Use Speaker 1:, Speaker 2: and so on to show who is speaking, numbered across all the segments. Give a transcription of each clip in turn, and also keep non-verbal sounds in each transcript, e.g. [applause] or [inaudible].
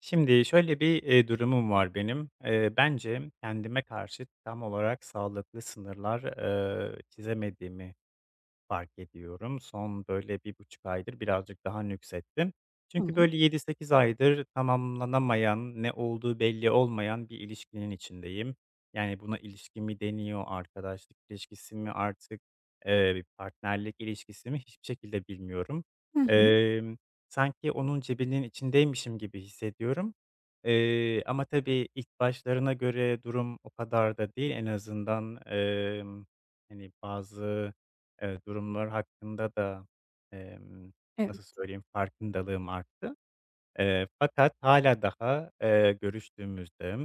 Speaker 1: Şimdi şöyle bir, durumum var benim. Bence kendime karşı tam olarak sağlıklı sınırlar, çizemediğimi fark ediyorum. Son böyle 1,5 aydır birazcık daha nüksettim. Çünkü
Speaker 2: Tamam.
Speaker 1: böyle 7-8 aydır tamamlanamayan, ne olduğu belli olmayan bir ilişkinin içindeyim. Yani buna ilişki mi deniyor, arkadaşlık ilişkisi mi artık, bir partnerlik ilişkisi mi hiçbir şekilde bilmiyorum.
Speaker 2: Hı hı.
Speaker 1: Emm, Sanki onun cebinin içindeymişim gibi hissediyorum. Ama tabii ilk başlarına göre durum o kadar da değil. En azından, hani, bazı durumlar hakkında da, emm,
Speaker 2: Evet.
Speaker 1: nasıl söyleyeyim, farkındalığım arttı. Fakat hâlâ daha, görüştüğümüzde,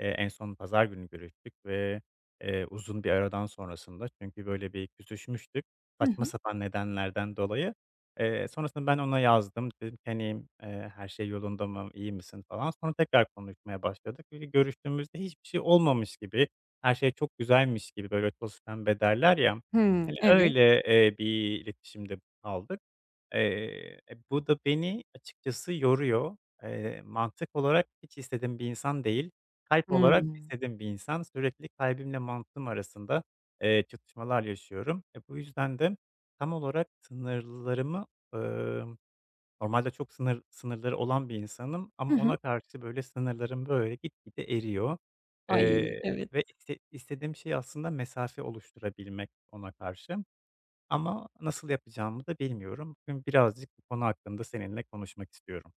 Speaker 1: en son pazar günü görüştük ve, uzun bir aradan sonrasında çünkü böyle bir küsüşmüştük
Speaker 2: Hı
Speaker 1: saçma
Speaker 2: hı.
Speaker 1: sapan nedenlerden dolayı. Sonrasında ben ona yazdım, dedim ki, hani, "Her şey yolunda mı, iyi misin?" falan. Sonra tekrar konuşmaya başladık. Böyle görüştüğümüzde hiçbir şey olmamış gibi, her şey çok güzelmiş gibi, böyle, toz pembe derler ya,
Speaker 2: Hımm.
Speaker 1: hani,
Speaker 2: Evet.
Speaker 1: öyle, bir iletişimde kaldık. Bu da beni açıkçası yoruyor. Mantık olarak hiç istediğim bir insan değil. Kalp olarak
Speaker 2: Hımm.
Speaker 1: istediğim bir insan. Sürekli kalbimle mantığım arasında, çatışmalar yaşıyorum. Bu yüzden de tam olarak sınırlarımı, ımm, normalde çok sınırları olan bir insanım ama
Speaker 2: Hı hı.
Speaker 1: ona karşı böyle sınırlarım böyle gitgide eriyor.
Speaker 2: Ay,
Speaker 1: Eee,
Speaker 2: evet.
Speaker 1: Ve istediğim şey aslında mesafe oluşturabilmek ona karşı. Ama nasıl yapacağımı da bilmiyorum. Bugün birazcık bu konu hakkında seninle konuşmak istiyorum.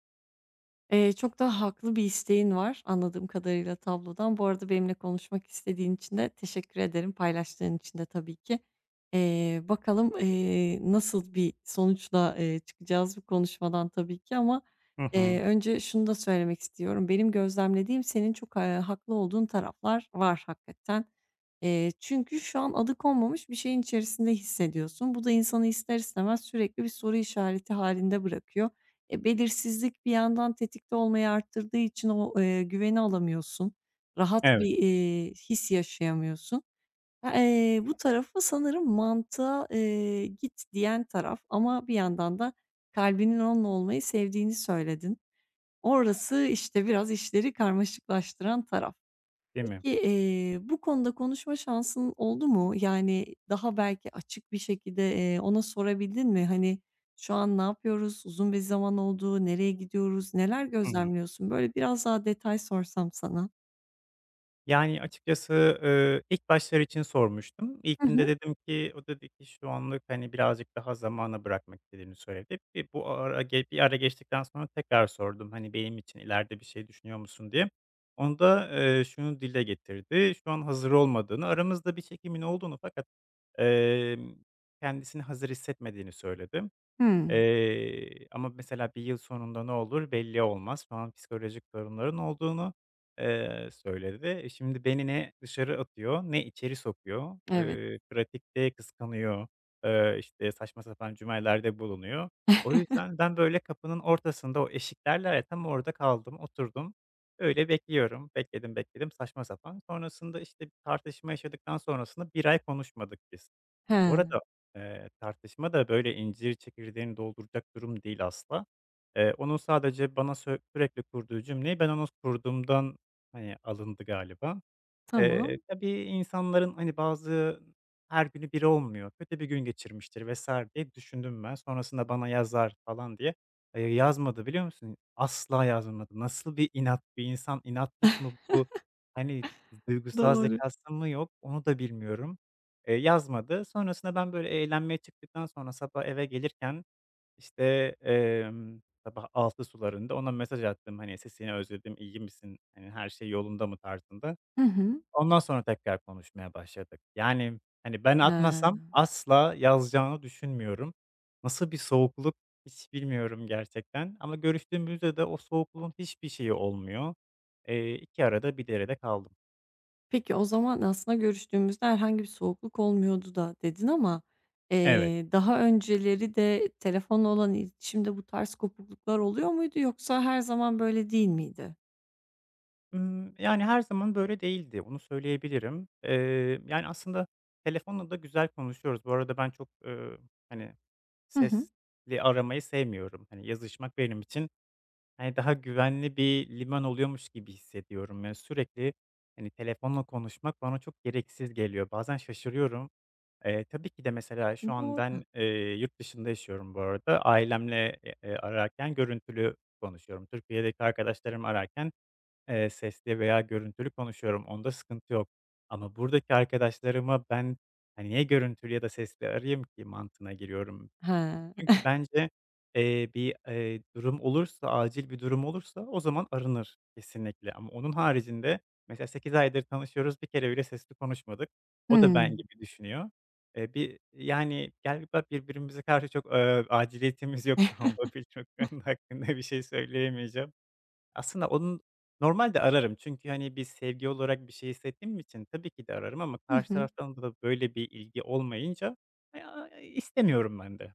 Speaker 2: Çok da haklı bir isteğin var anladığım kadarıyla tablodan. Bu arada benimle konuşmak istediğin için de teşekkür ederim. Paylaştığın için de tabii ki. Bakalım, nasıl bir sonuçla, çıkacağız bu konuşmadan tabii ki ama,
Speaker 1: Hı hı.
Speaker 2: önce şunu da söylemek istiyorum. Benim gözlemlediğim senin çok, haklı olduğun taraflar var hakikaten. Çünkü şu an adı konmamış bir şeyin içerisinde hissediyorsun. Bu da insanı ister istemez sürekli bir soru işareti halinde bırakıyor. E, belirsizlik bir yandan tetikte olmayı arttırdığı için o, güveni alamıyorsun. Rahat
Speaker 1: Evet,
Speaker 2: bir, his yaşayamıyorsun. Ha, bu tarafı sanırım mantığa, "git" diyen taraf ama bir yandan da kalbinin onunla olmayı sevdiğini söyledin. Orası, işte, biraz işleri karmaşıklaştıran taraf.
Speaker 1: değil mi?
Speaker 2: Peki, bu konuda konuşma şansın oldu mu? Yani, daha belki açık bir şekilde, ona sorabildin mi? Hani, "Şu an ne yapıyoruz? Uzun bir zaman oldu. Nereye gidiyoruz? Neler
Speaker 1: Hı hı.
Speaker 2: gözlemliyorsun?" Böyle biraz daha detay sorsam sana.
Speaker 1: Yani, açıkçası, ilk başlar için sormuştum.
Speaker 2: Hı
Speaker 1: İlkinde
Speaker 2: hı.
Speaker 1: dedim ki o dedi ki şu anlık, hani, birazcık daha zamana bırakmak istediğini söyledi. Bir ara geçtikten sonra tekrar sordum, hani, benim için ileride bir şey düşünüyor musun diye. Onda, şunu dile getirdi, şu an hazır olmadığını, aramızda bir çekimin olduğunu fakat, emm, kendisini hazır hissetmediğini söyledi.
Speaker 2: Hımm.
Speaker 1: Ama mesela bir yıl sonunda ne olur belli olmaz falan psikolojik sorunların olduğunu, söyledi. Şimdi beni ne dışarı atıyor ne içeri sokuyor.
Speaker 2: Evet.
Speaker 1: Pratikte kıskanıyor, işte, saçma sapan cümlelerde bulunuyor. O
Speaker 2: [laughs]
Speaker 1: yüzden ben, böyle, kapının ortasında o eşiklerle tam orada kaldım, oturdum. Öyle bekliyorum. Bekledim, bekledim saçma sapan. Sonrasında, işte, tartışma yaşadıktan sonrasında bir ay konuşmadık biz. Bu
Speaker 2: He,
Speaker 1: arada, tartışma da böyle incir çekirdeğini dolduracak durum değil asla. Onun sadece bana sürekli kurduğu cümleyi ben ona kurduğumdan, hani, alındı galiba.
Speaker 2: tamam.
Speaker 1: Tabii insanların, hani, bazı her günü biri olmuyor. Kötü bir gün geçirmiştir vesaire diye düşündüm ben. Sonrasında bana yazar falan diye. Yazmadı biliyor musun? Asla yazmadı. Nasıl bir inat bir insan? İnatlık mı bu? Hani, duygusal
Speaker 2: Doğru.
Speaker 1: zekâsı mı yok? Onu da bilmiyorum. Yazmadı. Sonrasında ben, böyle, eğlenmeye çıktıktan sonra sabah eve gelirken, işte, sabah 6 sularında ona mesaj attım. Hani, "Sesini özledim, iyi misin? Hani, her şey yolunda mı?" tarzında.
Speaker 2: Hı hı.
Speaker 1: Ondan sonra tekrar konuşmaya başladık. Yani, hani, ben
Speaker 2: He.
Speaker 1: atmasam asla yazacağını düşünmüyorum. Nasıl bir soğukluk hiç bilmiyorum gerçekten ama görüştüğümüzde de o soğukluğun hiçbir şeyi olmuyor. 2 arada bir derede kaldım.
Speaker 2: Peki, o zaman aslında görüştüğümüzde herhangi bir soğukluk olmuyordu da dedin ama,
Speaker 1: Evet.
Speaker 2: daha önceleri de telefonla olan iletişimde bu tarz kopukluklar oluyor muydu yoksa her zaman böyle değil miydi?
Speaker 1: Yani, her zaman böyle değildi, onu söyleyebilirim. Yani, aslında telefonla da güzel konuşuyoruz. Bu arada ben çok, hani,
Speaker 2: Hı hı.
Speaker 1: sesli aramayı sevmiyorum. Hani, yazışmak benim için, hani, daha güvenli bir liman oluyormuş gibi hissediyorum. Yani, sürekli, hani, telefonla konuşmak bana çok gereksiz geliyor. Bazen şaşırıyorum. Tabii ki de mesela şu an
Speaker 2: Doğru.
Speaker 1: ben, yurt dışında yaşıyorum bu arada. Ailemle, ararken görüntülü konuşuyorum. Türkiye'deki arkadaşlarımı ararken sesli veya görüntülü konuşuyorum, onda sıkıntı yok. Ama buradaki arkadaşlarıma ben, hani, niye görüntülü ya da sesli arayayım ki mantığına giriyorum.
Speaker 2: He.
Speaker 1: Çünkü bence, bir, durum olursa, acil bir durum olursa o zaman aranır kesinlikle ama onun haricinde mesela 8 aydır tanışıyoruz, bir kere bile sesli konuşmadık. O da ben
Speaker 2: Hımm.
Speaker 1: gibi düşünüyor. Bir, yani, galiba birbirimize karşı çok, aciliyetimiz yok [laughs] olabilir. Çok konu hakkında bir şey söyleyemeyeceğim. Aslında onun normalde ararım çünkü, hani, bir sevgi olarak bir şey hissettiğim için tabii ki de ararım ama
Speaker 2: Hı
Speaker 1: karşı
Speaker 2: hı.
Speaker 1: taraftan da böyle bir ilgi olmayınca, istemiyorum ben de.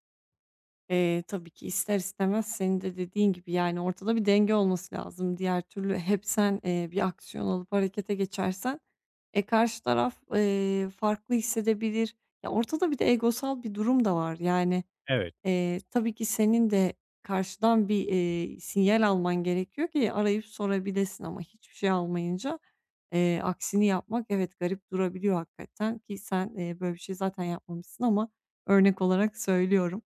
Speaker 2: Tabii ki ister istemez senin de dediğin gibi, yani, ortada bir denge olması lazım. Diğer türlü hep sen, bir aksiyon alıp harekete geçersen, e, karşı taraf, farklı hissedebilir. Ya, ortada bir de egosal bir durum da var. Yani
Speaker 1: Evet.
Speaker 2: Tabii ki senin de karşıdan bir, sinyal alman gerekiyor ki arayıp sorabilesin ama hiçbir şey almayınca, aksini yapmak evet garip durabiliyor hakikaten ki sen, böyle bir şey zaten yapmamışsın ama örnek olarak söylüyorum.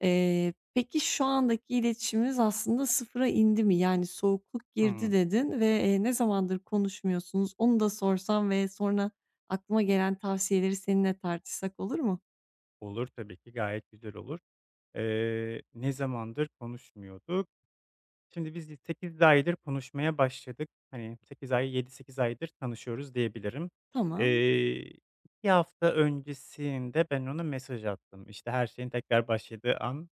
Speaker 2: Peki şu andaki iletişiminiz aslında sıfıra indi mi? Yani "soğukluk girdi"
Speaker 1: Hımm.
Speaker 2: dedin ve, ne zamandır konuşmuyorsunuz? Onu da sorsam ve sonra aklıma gelen tavsiyeleri seninle tartışsak olur mu?
Speaker 1: Olur tabii ki, gayet güzel olur. Ne zamandır konuşmuyorduk? Şimdi biz 8 aydır konuşmaya başladık. Hani, 8 ay, 7-8 aydır tanışıyoruz diyebilirim.
Speaker 2: Tamam.
Speaker 1: Eee, 2 hafta öncesinde ben ona mesaj attım. İşte, her şeyin tekrar başladığı an.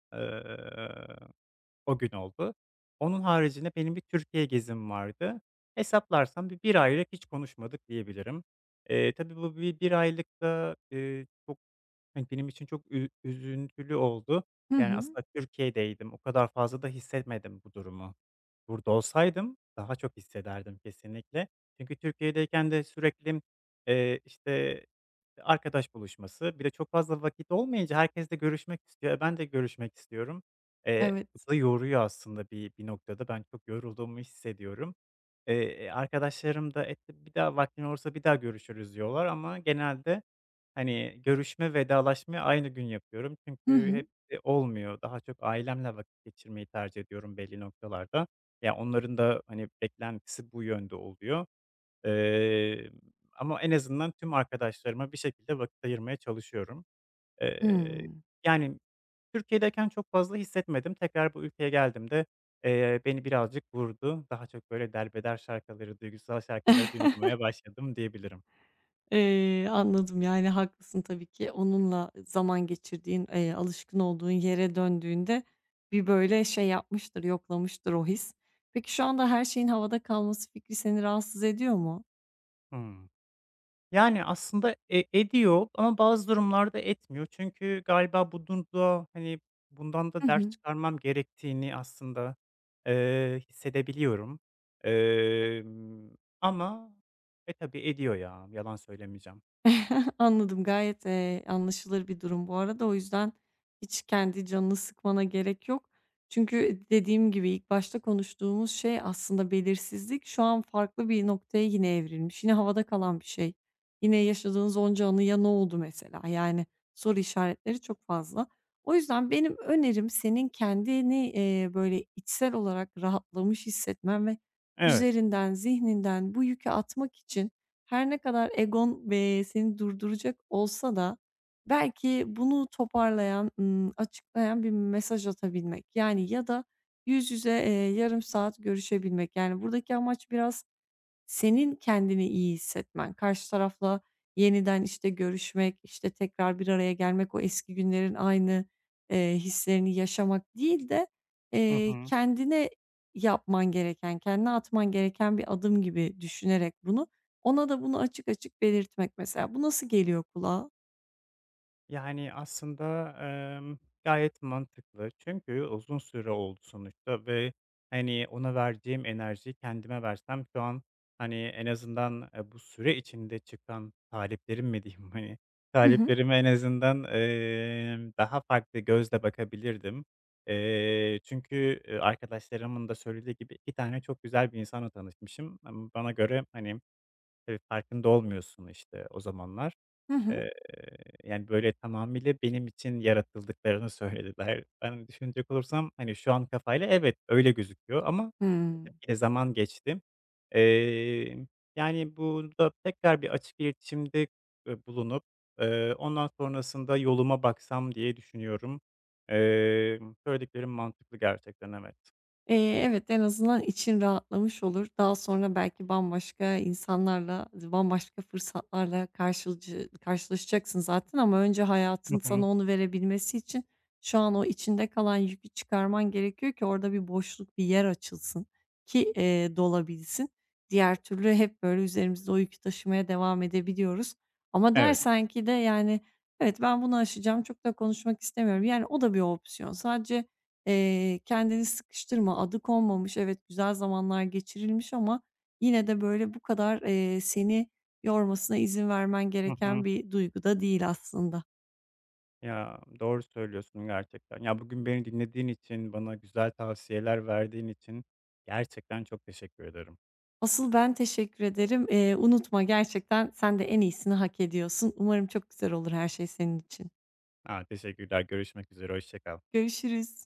Speaker 1: O gün oldu. Onun haricinde benim bir Türkiye gezim vardı. Hesaplarsam bir aylık hiç konuşmadık diyebilirim. Tabii bu bir aylıkta, çok, hani, benim için çok üzüntülü oldu.
Speaker 2: Hı
Speaker 1: Yani,
Speaker 2: hı.
Speaker 1: aslında Türkiye'deydim. O kadar fazla da hissetmedim bu durumu. Burada olsaydım daha çok hissederdim kesinlikle. Çünkü Türkiye'deyken de sürekli, işte, arkadaş buluşması, bir de çok fazla vakit olmayınca herkesle görüşmek istiyor. Ben de görüşmek istiyorum. Bu
Speaker 2: Evet.
Speaker 1: da yoruyor aslında bir noktada. Ben çok yorulduğumu hissediyorum. Arkadaşlarım da, "E, bir daha vaktin olursa bir daha görüşürüz." diyorlar ama genelde, hani, görüşme, vedalaşmayı aynı gün yapıyorum.
Speaker 2: Hı
Speaker 1: Çünkü
Speaker 2: hı.
Speaker 1: hepsi olmuyor. Daha çok ailemle vakit geçirmeyi tercih ediyorum belli noktalarda. Ya, onların da, hani, beklentisi bu yönde oluyor. Eee, Ama en azından tüm arkadaşlarıma bir şekilde vakit ayırmaya çalışıyorum. Eee,
Speaker 2: Hımm.
Speaker 1: Yani, Türkiye'deyken çok fazla hissetmedim. Tekrar bu ülkeye geldiğimde, beni birazcık vurdu. Daha çok böyle derbeder şarkıları, duygusal şarkıları
Speaker 2: [laughs]
Speaker 1: dinlemeye başladım diyebilirim.
Speaker 2: Anladım, yani, haklısın tabii ki. Onunla zaman geçirdiğin, alışkın olduğun yere döndüğünde bir böyle şey yapmıştır, yoklamıştır o his. Peki şu anda her şeyin havada kalması fikri seni rahatsız ediyor mu?
Speaker 1: Hımm. Yani, aslında ediyor ama bazı durumlarda etmiyor. Çünkü galiba bununla, hani, bundan da
Speaker 2: Hı
Speaker 1: ders
Speaker 2: hı.
Speaker 1: çıkarmam gerektiğini aslında, hissedebiliyorum. Emm, Ama tabii ediyor ya, yalan söylemeyeceğim.
Speaker 2: [laughs] Anladım. Gayet, anlaşılır bir durum bu arada. O yüzden hiç kendi canını sıkmana gerek yok. Çünkü dediğim gibi ilk başta konuştuğumuz şey aslında belirsizlik şu an farklı bir noktaya yine evrilmiş. Yine havada kalan bir şey. Yine yaşadığınız onca anıya ne oldu mesela? Yani soru işaretleri çok fazla. O yüzden benim önerim senin kendini, böyle içsel olarak rahatlamış hissetmen ve
Speaker 1: Evet.
Speaker 2: üzerinden, zihninden bu yükü atmak için her ne kadar egon, seni durduracak olsa da belki bunu toparlayan, açıklayan bir mesaj atabilmek, yani, ya da yüz yüze, yarım saat görüşebilmek. Yani, buradaki amaç biraz senin kendini iyi hissetmen, karşı tarafla yeniden, işte, görüşmek, işte, tekrar bir araya gelmek, o eski günlerin aynı, hislerini yaşamak değil de,
Speaker 1: Hı hı.
Speaker 2: kendine yapman gereken, kendine atman gereken bir adım gibi düşünerek bunu, ona da bunu açık açık belirtmek mesela. Bu nasıl geliyor kulağa?
Speaker 1: Yani, aslında, emm, gayet mantıklı. Çünkü uzun süre oldu sonuçta ve, hani, ona verdiğim enerjiyi kendime versem şu an, hani, en azından, bu süre içinde çıkan taleplerim mi diyeyim, [laughs] hani,
Speaker 2: Hı hı.
Speaker 1: taleplerime en azından, daha farklı gözle bakabilirdim. Çünkü, arkadaşlarımın da söylediği gibi 2 tane çok güzel bir insanla tanışmışım. Ama bana göre, hani, tabii farkında olmuyorsun, işte, o zamanlar.
Speaker 2: Hı hı.
Speaker 1: Eee, Yani, böyle, tamamıyla benim için yaratıldıklarını söylediler. Ben düşünecek olursam, hani, şu an kafayla evet, öyle gözüküyor ama
Speaker 2: Hıı.
Speaker 1: tabii ki zaman geçti. Emm, Yani, burada tekrar bir açık iletişimde, bulunup, ondan sonrasında yoluma baksam diye düşünüyorum. Söylediklerin mantıklı gerçekten, evet.
Speaker 2: Evet, en azından için rahatlamış olur. Daha sonra belki bambaşka insanlarla, bambaşka fırsatlarla karşılaşacaksın zaten ama önce
Speaker 1: Hı
Speaker 2: hayatın sana
Speaker 1: hı.
Speaker 2: onu verebilmesi için şu an o içinde kalan yükü çıkarman gerekiyor ki orada bir boşluk, bir yer açılsın ki, dolabilsin. Diğer türlü hep böyle üzerimizde o yükü taşımaya devam edebiliyoruz ama
Speaker 1: Evet.
Speaker 2: dersen ki de, yani, "Evet, ben bunu aşacağım, çok da konuşmak istemiyorum." Yani, o da bir opsiyon. Sadece kendini sıkıştırma, adı konmamış, evet, güzel zamanlar geçirilmiş ama yine de, böyle, bu kadar, seni yormasına izin vermen
Speaker 1: Hı hı.
Speaker 2: gereken bir duygu da değil aslında.
Speaker 1: Ya, doğru söylüyorsun gerçekten. Ya, bugün beni dinlediğin için, bana güzel tavsiyeler verdiğin için gerçekten çok teşekkür ederim.
Speaker 2: Asıl ben teşekkür ederim. Unutma gerçekten sen de en iyisini hak ediyorsun. Umarım çok güzel olur her şey senin için.
Speaker 1: A, teşekkürler. Görüşmek üzere, hoşça kal.
Speaker 2: Görüşürüz.